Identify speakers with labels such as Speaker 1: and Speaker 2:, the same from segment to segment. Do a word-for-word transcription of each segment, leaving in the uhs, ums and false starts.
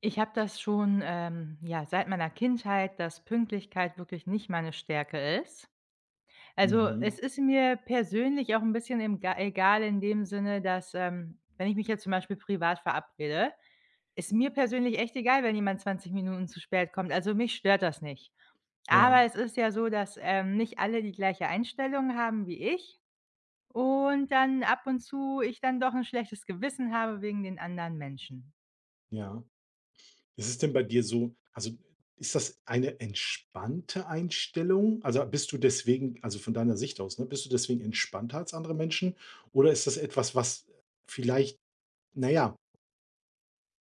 Speaker 1: Ich habe das schon, ähm, ja, seit meiner Kindheit, dass Pünktlichkeit wirklich nicht meine Stärke ist. Also, es
Speaker 2: Mhm.
Speaker 1: ist mir persönlich auch ein bisschen im ga egal in dem Sinne, dass, ähm, wenn ich mich jetzt zum Beispiel privat verabrede, ist mir persönlich echt egal, wenn jemand zwanzig Minuten zu spät kommt. Also, mich stört das nicht.
Speaker 2: Ja,
Speaker 1: Aber es ist ja so, dass, ähm, nicht alle die gleiche Einstellung haben wie ich und dann ab und zu ich dann doch ein schlechtes Gewissen habe wegen den anderen Menschen.
Speaker 2: ja. Ist es denn bei dir so, also, ist das eine entspannte Einstellung? Also, bist du deswegen, also, von deiner Sicht aus, ne, bist du deswegen entspannter als andere Menschen? Oder ist das etwas, was vielleicht, naja,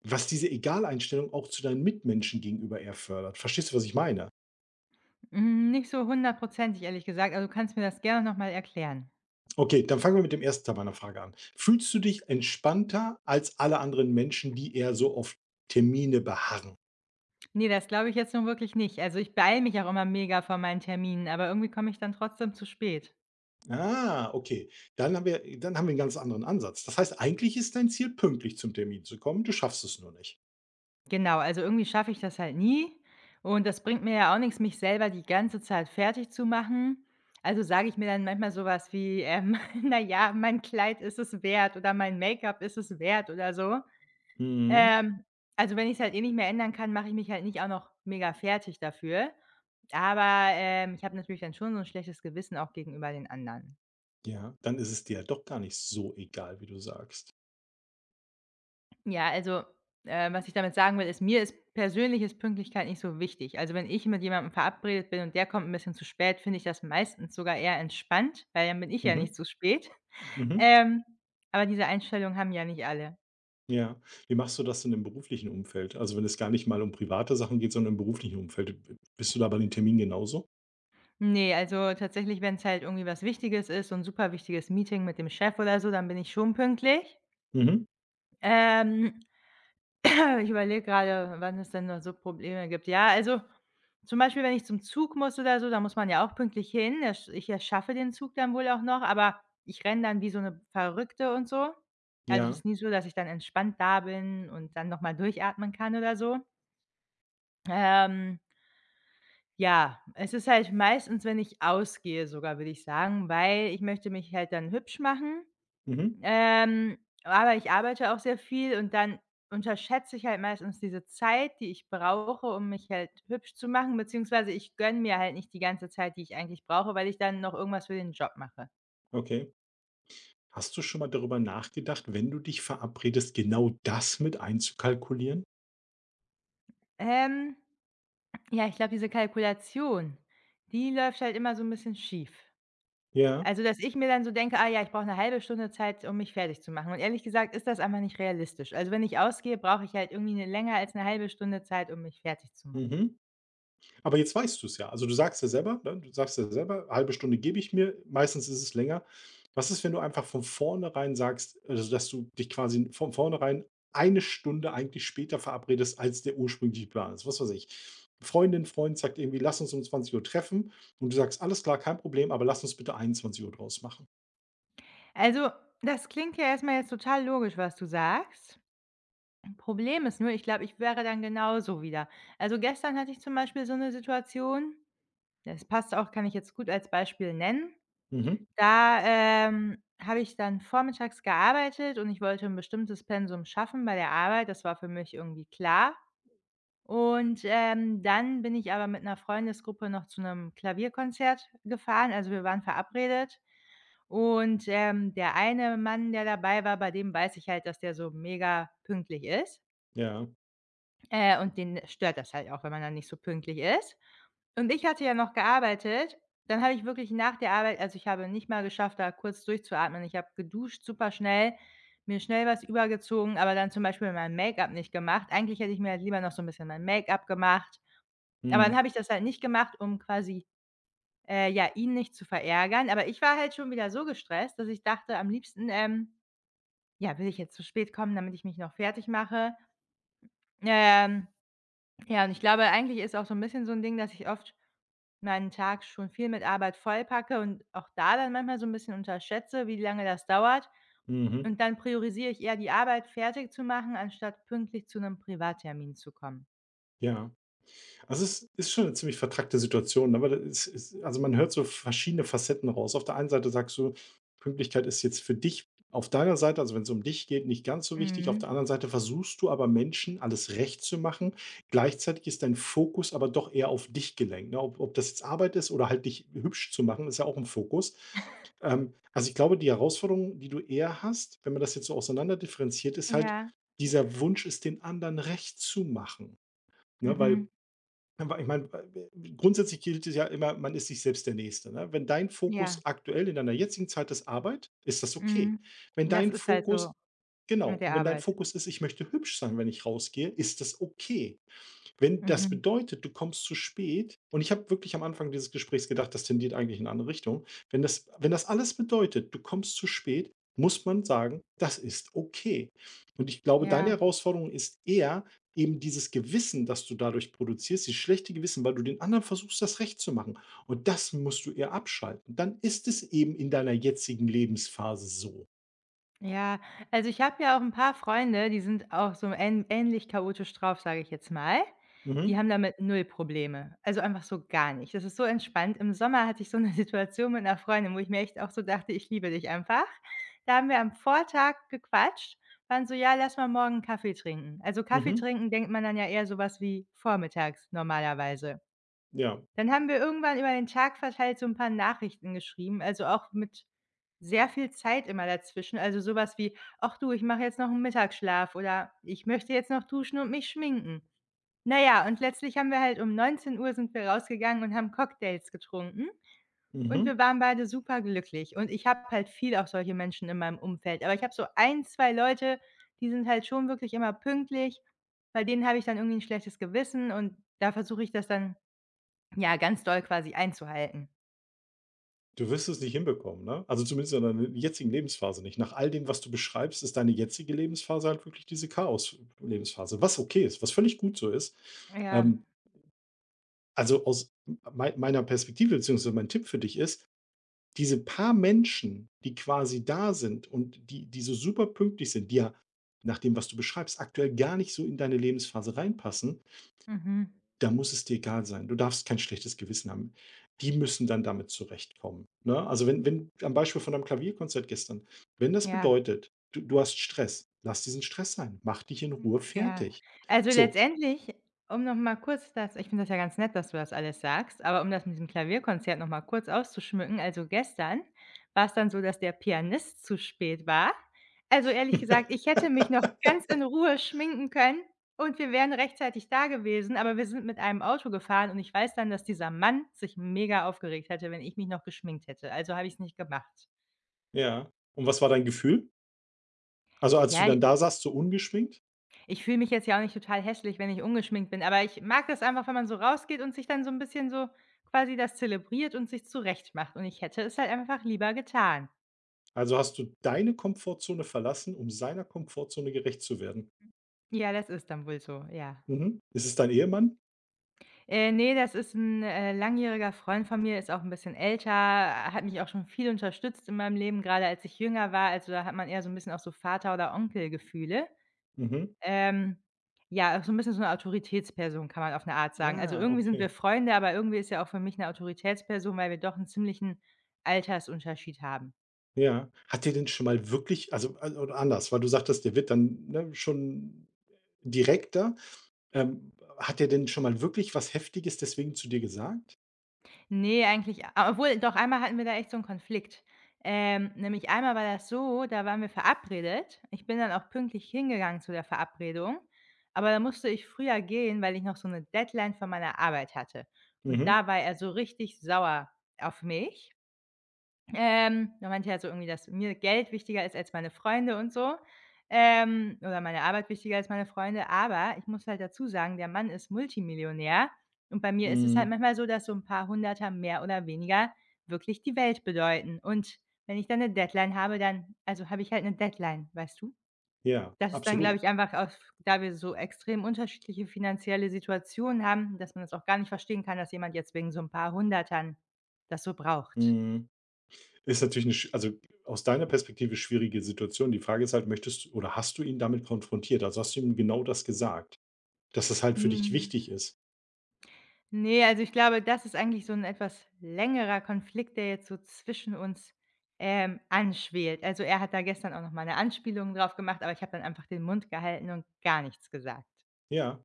Speaker 2: was diese Egal-Einstellung auch zu deinen Mitmenschen gegenüber eher fördert? Verstehst du, was ich meine?
Speaker 1: Hm, nicht so hundertprozentig, ehrlich gesagt. Also, du kannst mir das gerne noch mal erklären.
Speaker 2: Okay, dann fangen wir mit dem ersten Teil meiner Frage an. Fühlst du dich entspannter als alle anderen Menschen, die eher so auf Termine beharren?
Speaker 1: Ne, das glaube ich jetzt nun wirklich nicht. Also, ich beeile mich auch immer mega vor meinen Terminen, aber irgendwie komme ich dann trotzdem zu spät.
Speaker 2: Ah, okay. Dann haben wir dann haben wir einen ganz anderen Ansatz. Das heißt, eigentlich ist dein Ziel, pünktlich zum Termin zu kommen, du schaffst es nur nicht.
Speaker 1: Genau, also irgendwie schaffe ich das halt nie und das bringt mir ja auch nichts, mich selber die ganze Zeit fertig zu machen. Also, sage ich mir dann manchmal sowas wie, ähm: „Na ja, mein Kleid ist es wert oder mein Make-up ist es wert" oder so.
Speaker 2: Mhm,
Speaker 1: Ähm, also, wenn ich es halt eh nicht mehr ändern kann, mache ich mich halt nicht auch noch mega fertig dafür. Aber, ähm, ich habe natürlich dann schon so 'n schlechtes Gewissen auch gegenüber den anderen.
Speaker 2: ja, dann ist es dir ja doch gar nicht so egal, wie du sagst.
Speaker 1: Ja, also, äh, was ich damit sagen will, ist, mir ist persönlich ist Pünktlichkeit nicht so wichtig. Also, wenn ich mit jemandem verabredet bin und der kommt 'n bisschen zu spät, finde ich das meistens sogar eher entspannt, weil dann bin ich ja
Speaker 2: Mhm,
Speaker 1: nicht zu spät.
Speaker 2: mhm,
Speaker 1: Ähm, aber diese Einstellung haben ja nicht alle.
Speaker 2: ja. Wie machst du das denn im beruflichen Umfeld? Also, wenn es gar nicht mal um private Sachen geht, sondern im beruflichen Umfeld, bist du da bei den Terminen genauso?
Speaker 1: Ne, also, tatsächlich, wenn's halt irgendwie was Wichtiges ist, so 'n super wichtiges Meeting mit dem Chef oder so, dann bin ich schon pünktlich.
Speaker 2: Mhm,
Speaker 1: Ähm Ich überlege gerade, wann es denn noch so Probleme gibt. Ja, also zum Beispiel, wenn ich zum Zug muss oder so, da muss man ja auch pünktlich hin. Ersch Ich erschaffe den Zug dann wohl auch noch, aber ich renne dann wie so eine Verrückte und so. Also, es
Speaker 2: ja,
Speaker 1: ist nie so, dass ich dann entspannt da bin und dann noch mal durchatmen kann oder so. Ähm, ja, es ist halt meistens, wenn ich ausgehe sogar, würde ich sagen, weil ich möchte mich halt dann hübsch machen.
Speaker 2: mhm,
Speaker 1: Ähm, aber ich arbeite auch sehr viel und dann unterschätze ich halt meistens diese Zeit, die ich brauche, um mich halt hübsch zu machen, beziehungsweise ich gönne mir halt nicht die ganze Zeit, die ich eigentlich brauche, weil ich dann noch irgendwas für den Job mache.
Speaker 2: okay. Hast du schon mal darüber nachgedacht, wenn du dich verabredest, genau das mit einzukalkulieren?
Speaker 1: Ähm, ja, ich glaube, diese Kalkulation, die läuft halt immer so 'n bisschen schief.
Speaker 2: Ja,
Speaker 1: Also, dass ich mir dann so denke: „Ah ja, ich brauche 'ne halbe Stunde Zeit, um mich fertig zu machen." Und ehrlich gesagt ist das einfach nicht realistisch. Also, wenn ich ausgehe, brauche ich halt irgendwie 'ne länger als 'ne halbe Stunde Zeit, um mich fertig zu machen.
Speaker 2: mhm. Aber jetzt weißt du es ja. Also, du sagst ja selber, ne, du sagst ja selber: „Halbe Stunde gebe ich mir.“ Meistens ist es länger. Was ist, wenn du einfach von vornherein sagst, also, dass du dich quasi von vornherein eine Stunde eigentlich später verabredest, als der ursprüngliche Plan ist? Was weiß ich, Freundin, Freund sagt irgendwie: „Lass uns um zwanzig Uhr treffen.“ Und du sagst: „Alles klar, kein Problem, aber lass uns bitte einundzwanzig Uhr draus machen.“
Speaker 1: Also, das klingt ja erstmal jetzt total logisch, was du sagst. Problem ist nur, ich glaube, ich wäre dann genauso wieder. Also, gestern hatte ich zum Beispiel so eine Situation, das passt auch, kann ich jetzt gut als Beispiel nennen.
Speaker 2: Mhm.
Speaker 1: Da, ähm, habe ich dann vormittags gearbeitet und ich wollte ein bestimmtes Pensum schaffen bei der Arbeit. Das war für mich irgendwie klar. Und, ähm, dann bin ich aber mit einer Freundesgruppe noch zu einem Klavierkonzert gefahren. Also, wir waren verabredet und, ähm, der eine Mann, der dabei war, bei dem weiß ich halt, dass der so mega pünktlich ist,
Speaker 2: Ja.
Speaker 1: äh, und den stört das halt auch, wenn man dann nicht so pünktlich ist. Und ich hatte ja noch gearbeitet. Dann habe ich wirklich nach der Arbeit, also, ich habe nicht mal geschafft, da kurz durchzuatmen. Ich habe geduscht super schnell, mir schnell was übergezogen, aber dann zum Beispiel mein Make-up nicht gemacht. Eigentlich hätte ich mir halt lieber noch so ein bisschen mein Make-up gemacht, aber dann
Speaker 2: Mhm.
Speaker 1: habe ich das halt nicht gemacht, um quasi, äh, ja, ihn nicht zu verärgern. Aber ich war halt schon wieder so gestresst, dass ich dachte, am liebsten, ähm, ja, will ich jetzt zu spät kommen, damit ich mich noch fertig mache. Ähm, ja, und ich glaube, eigentlich ist auch so 'n bisschen so 'n Ding, dass ich oft meinen Tag schon viel mit Arbeit vollpacke und auch da dann manchmal so 'n bisschen unterschätze, wie lange das dauert.
Speaker 2: Mhm.
Speaker 1: Und dann priorisiere ich eher die Arbeit fertig zu machen, anstatt pünktlich zu 'nem Privattermin zu kommen.
Speaker 2: Ja. Also, es ist schon eine ziemlich vertrackte Situation, aber da es es, also, man hört so verschiedene Facetten raus. Auf der einen Seite sagst du, Pünktlichkeit ist jetzt für dich auf deiner Seite, also, wenn es um dich geht, nicht ganz so wichtig. Auf der
Speaker 1: Mhm.
Speaker 2: anderen Seite versuchst du aber Menschen alles recht zu machen. Gleichzeitig ist dein Fokus aber doch eher auf dich gelenkt, ne? Ob ob das jetzt Arbeit ist oder halt dich hübsch zu machen, ist ja auch 'n Fokus. Ähm, also, ich glaube, die Herausforderung, die du eher hast, wenn man das jetzt so auseinander differenziert, ist halt
Speaker 1: Ja.
Speaker 2: dieser Wunsch, es den anderen recht zu machen, ne?
Speaker 1: Mhm.
Speaker 2: Weil, aber ich meine, grundsätzlich gilt es ja immer, man ist sich selbst der Nächste. Ne? Wenn dein
Speaker 1: Ja.
Speaker 2: Fokus aktuell in deiner jetzigen Zeit ist Arbeit, ist das okay.
Speaker 1: Mhm.
Speaker 2: Wenn
Speaker 1: Das
Speaker 2: dein
Speaker 1: ist halt so.
Speaker 2: Fokus, genau,
Speaker 1: Mit der
Speaker 2: und wenn dein
Speaker 1: Arbeit.
Speaker 2: Fokus ist, ich möchte hübsch sein, wenn ich rausgehe, ist das okay. Wenn das
Speaker 1: Mhm.
Speaker 2: bedeutet, du kommst zu spät, und ich habe wirklich am Anfang dieses Gesprächs gedacht, das tendiert eigentlich in eine andere Richtung. Wenn das wenn das alles bedeutet, du kommst zu spät, muss man sagen, das ist okay. Und ich glaube, deine
Speaker 1: Ja,
Speaker 2: Herausforderung ist eher eben dieses Gewissen, das du dadurch produzierst, dieses schlechte Gewissen, weil du den anderen versuchst, das recht zu machen. Und das musst du eher abschalten. Dann ist es eben in deiner jetzigen Lebensphase so.
Speaker 1: ja. Also, ich habe ja auch ein paar Freunde, die sind auch so ähn ähnlich chaotisch drauf, sage ich jetzt mal. Die
Speaker 2: Mhm,
Speaker 1: haben damit null Probleme, also, einfach so gar nicht. Das ist so entspannt. Im Sommer hatte ich so 'ne Situation mit 'ner Freundin, wo ich mir echt auch so dachte: „Ich liebe dich einfach." Da haben wir am Vortag gequatscht, waren so: „Ja, lass mal morgen 'n Kaffee trinken." Also, Kaffee
Speaker 2: mhm,
Speaker 1: trinken denkt man dann ja eher so was wie vormittags normalerweise.
Speaker 2: ja,
Speaker 1: Dann haben wir irgendwann über den Tag verteilt so 'n paar Nachrichten geschrieben, also auch mit sehr viel Zeit immer dazwischen. Also so was wie: „Ach du, ich mache jetzt noch 'n Mittagsschlaf" oder „Ich möchte jetzt noch duschen und mich schminken." Na ja, und letztlich haben wir halt um neunzehn Uhr sind wir rausgegangen und haben Cocktails getrunken und
Speaker 2: mhm.
Speaker 1: wir waren beide superglücklich. Und ich habe halt viel auch solche Menschen in meinem Umfeld, aber ich habe so ein zwei Leute, die sind halt schon wirklich immer pünktlich. Bei denen habe ich dann irgendwie 'n schlechtes Gewissen und da versuche ich das dann ja, ganz doll quasi einzuhalten.
Speaker 2: Du wirst es nicht hinbekommen, ne? Also zumindest in deiner jetzigen Lebensphase nicht. Nach all dem, was du beschreibst, ist deine jetzige Lebensphase halt wirklich diese Chaos-Lebensphase, was okay ist, was völlig gut so ist.
Speaker 1: Ja,
Speaker 2: Ähm, also, aus mei meiner Perspektive, beziehungsweise mein Tipp für dich ist, diese paar Menschen, die quasi da sind und die, die so super pünktlich sind, die ja nach dem, was du beschreibst, aktuell gar nicht so in deine Lebensphase reinpassen,
Speaker 1: mhm,
Speaker 2: da muss es dir egal sein. Du darfst kein schlechtes Gewissen haben. Die müssen dann damit zurechtkommen, ne? Also, wenn wenn, am Beispiel von deinem Klavierkonzert gestern, wenn das
Speaker 1: ja,
Speaker 2: bedeutet, du du hast Stress, lass diesen Stress sein. Mach dich in Ruhe
Speaker 1: ja.
Speaker 2: fertig.
Speaker 1: Also,
Speaker 2: So.
Speaker 1: letztendlich, um noch mal kurz das, ich finde das ja ganz nett, dass du das alles sagst, aber um das mit diesem Klavierkonzert noch mal kurz auszuschmücken, also, gestern war's dann so, dass der Pianist zu spät war. Also, ehrlich gesagt, ich hätte mich noch ganz in Ruhe schminken können und wir wären rechtzeitig da gewesen, aber wir sind mit einem Auto gefahren und ich weiß dann, dass dieser Mann sich mega aufgeregt hätte, wenn ich mich noch geschminkt hätte. Also, habe ich's nicht gemacht.
Speaker 2: Ja. Und was war dein Gefühl? Also, als du
Speaker 1: Ja.
Speaker 2: dann da saßt, so ungeschminkt?
Speaker 1: Ich fühle mich jetzt ja auch nicht total hässlich, wenn ich ungeschminkt bin, aber ich mag das einfach, wenn man so rausgeht und sich dann so 'n bisschen so quasi das zelebriert und sich zurechtmacht und ich hätte es halt einfach lieber getan.
Speaker 2: Also, hast du deine Komfortzone verlassen, um seiner Komfortzone gerecht zu werden?
Speaker 1: Ja, das ist dann wohl so, ja.
Speaker 2: Mhm. Ist es dein Ehemann?
Speaker 1: Äh, ne, das ist 'n, äh, langjähriger Freund von mir, ist auch 'n bisschen älter, hat mich auch schon viel unterstützt in meinem Leben, grade als ich jünger war. Also, da hat man eher so 'n bisschen auch so Vater- oder Onkelgefühle.
Speaker 2: Mhm.
Speaker 1: Ähm, ja, so ein bisschen so 'ne Autoritätsperson kann man auf 'ne Art sagen. Also,
Speaker 2: Ah,
Speaker 1: irgendwie sind wir
Speaker 2: okay.
Speaker 1: Freunde, aber irgendwie ist er auch für mich 'ne Autoritätsperson, weil wir doch 'n ziemlichen Altersunterschied haben.
Speaker 2: Ja. Hat dir denn schon mal wirklich, also, al oder anders, weil du sagtest, dir wird dann, ne, schon direkter. Ähm, Hat der denn schon mal wirklich was Heftiges deswegen zu dir gesagt?
Speaker 1: Ne, eigentlich a obwohl, doch, einmal hatten wir da echt so 'n Konflikt. Ähm, nämlich einmal war das so, da waren wir verabredet. Ich bin dann auch pünktlich hingegangen zu der Verabredung, aber da musste ich früher gehen, weil ich noch so 'ne Deadline von meiner Arbeit hatte. Und
Speaker 2: Mhm.
Speaker 1: da war er so richtig sauer auf mich. Ähm, da meinte ich halt so irgendwie, dass mir Geld wichtiger ist als meine Freunde und so, ähm, oder meine Arbeit wichtiger als meine Freunde. Aber ich muss halt dazu sagen, der Mann ist Multimillionär und bei mir ist es halt
Speaker 2: Mhm.
Speaker 1: manchmal so, dass so ein paar Hunderter mehr oder weniger wirklich die Welt bedeuten. Und wenn ich dann eine Deadline habe, dann, also, habe ich halt eine Deadline, weißt du?
Speaker 2: Ja,
Speaker 1: Das ist dann, glaube
Speaker 2: absolut.
Speaker 1: ich, einfach, auf da wir so extrem unterschiedliche finanzielle Situationen haben, dass man das auch gar nicht verstehen kann, dass jemand jetzt wegen so ein paar Hundertern das so braucht.
Speaker 2: Mhm. Ist natürlich 'ne sch, also, aus deiner Perspektive schwierige Situation. Die Frage ist halt, möchtest du, oder hast du ihn damit konfrontiert? Also, hast du ihm genau das gesagt, dass das halt für dich
Speaker 1: Mhm.
Speaker 2: wichtig ist?
Speaker 1: Ne, also ich glaube, das ist eigentlich so ein etwas längerer Konflikt, der jetzt so zwischen uns, ähm, anschwelt. Also, er hat da gestern auch noch mal 'ne Anspielung drauf gemacht, aber ich habe dann einfach den Mund gehalten und gar nichts gesagt.
Speaker 2: Ja.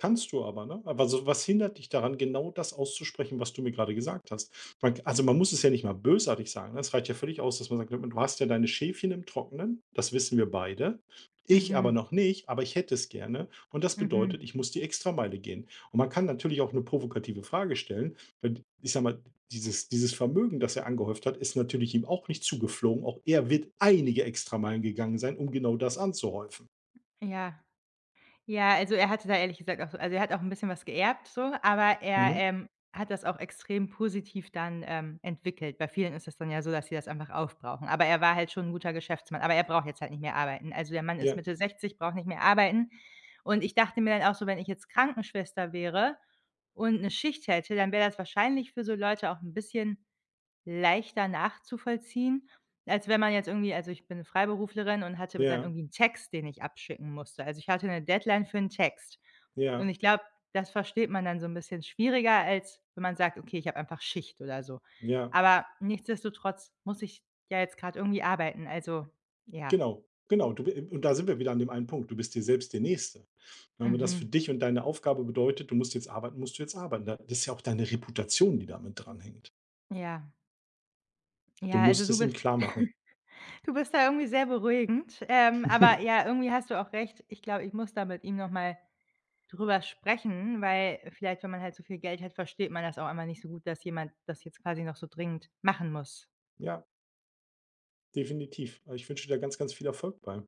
Speaker 2: Kannst du aber, ne? Aber so, was hindert dich daran, genau das auszusprechen, was du mir gerade gesagt hast? Man, also, man muss es ja nicht mal bösartig sagen, ne? Es reicht ja völlig aus, dass man sagt: „Du hast ja deine Schäfchen im Trockenen, das wissen wir beide. Ich aber
Speaker 1: Mhm,
Speaker 2: noch nicht, aber ich hätte es gerne und das
Speaker 1: mhm.
Speaker 2: bedeutet, ich muss die Extrameile gehen.“ Und man kann natürlich auch eine provokative Frage stellen, weil, ich sage mal, dieses dieses Vermögen, das er angehäuft hat, ist natürlich ihm auch nicht zugeflogen. Auch er wird einige Extrameilen gegangen sein, um genau das anzuhäufen.
Speaker 1: Ja. Ja, also er hatte da ehrlich gesagt auch so- also er hat auch ein bisschen was geerbt so, aber er,
Speaker 2: Mhm.
Speaker 1: ähm, hat das auch extrem positiv dann, ähm, entwickelt. Bei vielen ist das dann ja so, dass sie das einfach aufbrauchen. Aber er war halt schon ein guter Geschäftsmann, aber er braucht jetzt halt nicht mehr arbeiten. Also, der Mann ist
Speaker 2: Ja,
Speaker 1: Mitte sechzig, braucht nicht mehr arbeiten. Und ich dachte mir dann auch so, wenn ich jetzt Krankenschwester wäre und eine Schicht hätte, dann wäre das wahrscheinlich für so Leute auch ein bisschen leichter nachzuvollziehen, als wenn man jetzt irgendwie, also, ich bin Freiberuflerin und hatte dann
Speaker 2: ja,
Speaker 1: irgendwie 'n Text, den ich abschicken musste. Also, ich hatte 'ne Deadline für 'n Text. Und
Speaker 2: ja,
Speaker 1: ich glaube, das versteht man dann so 'n bisschen schwieriger, als wenn man sagt: „Okay, ich habe einfach Schicht" oder so.
Speaker 2: ja.
Speaker 1: Aber nichtsdestotrotz muss ich ja jetzt grad irgendwie arbeiten. Also, ja.
Speaker 2: Genau, genau. Du bi und da sind wir wieder an dem einen Punkt. Du bist dir selbst der Nächste. Und wenn das, Mhm, für
Speaker 1: Mhm.
Speaker 2: dich und deine Aufgabe bedeutet, du musst jetzt arbeiten, musst du jetzt arbeiten. Da, das ist ja auch deine Reputation, die damit dranhängt.
Speaker 1: Ja.
Speaker 2: Du
Speaker 1: Ja, also
Speaker 2: musst
Speaker 1: du
Speaker 2: es ihm
Speaker 1: bist
Speaker 2: klar machen.
Speaker 1: du bist da irgendwie sehr beruhigend. Ähm, aber ja, irgendwie hast du auch recht. Ich glaube, ich muss da mit ihm noch mal drüber sprechen, weil vielleicht, wenn man halt so viel Geld hat, versteht man das auch einmal nicht so gut, dass jemand das jetzt quasi noch so dringend machen muss.
Speaker 2: Ja, definitiv. Ich wünsche dir da ganz, ganz viel Erfolg bei.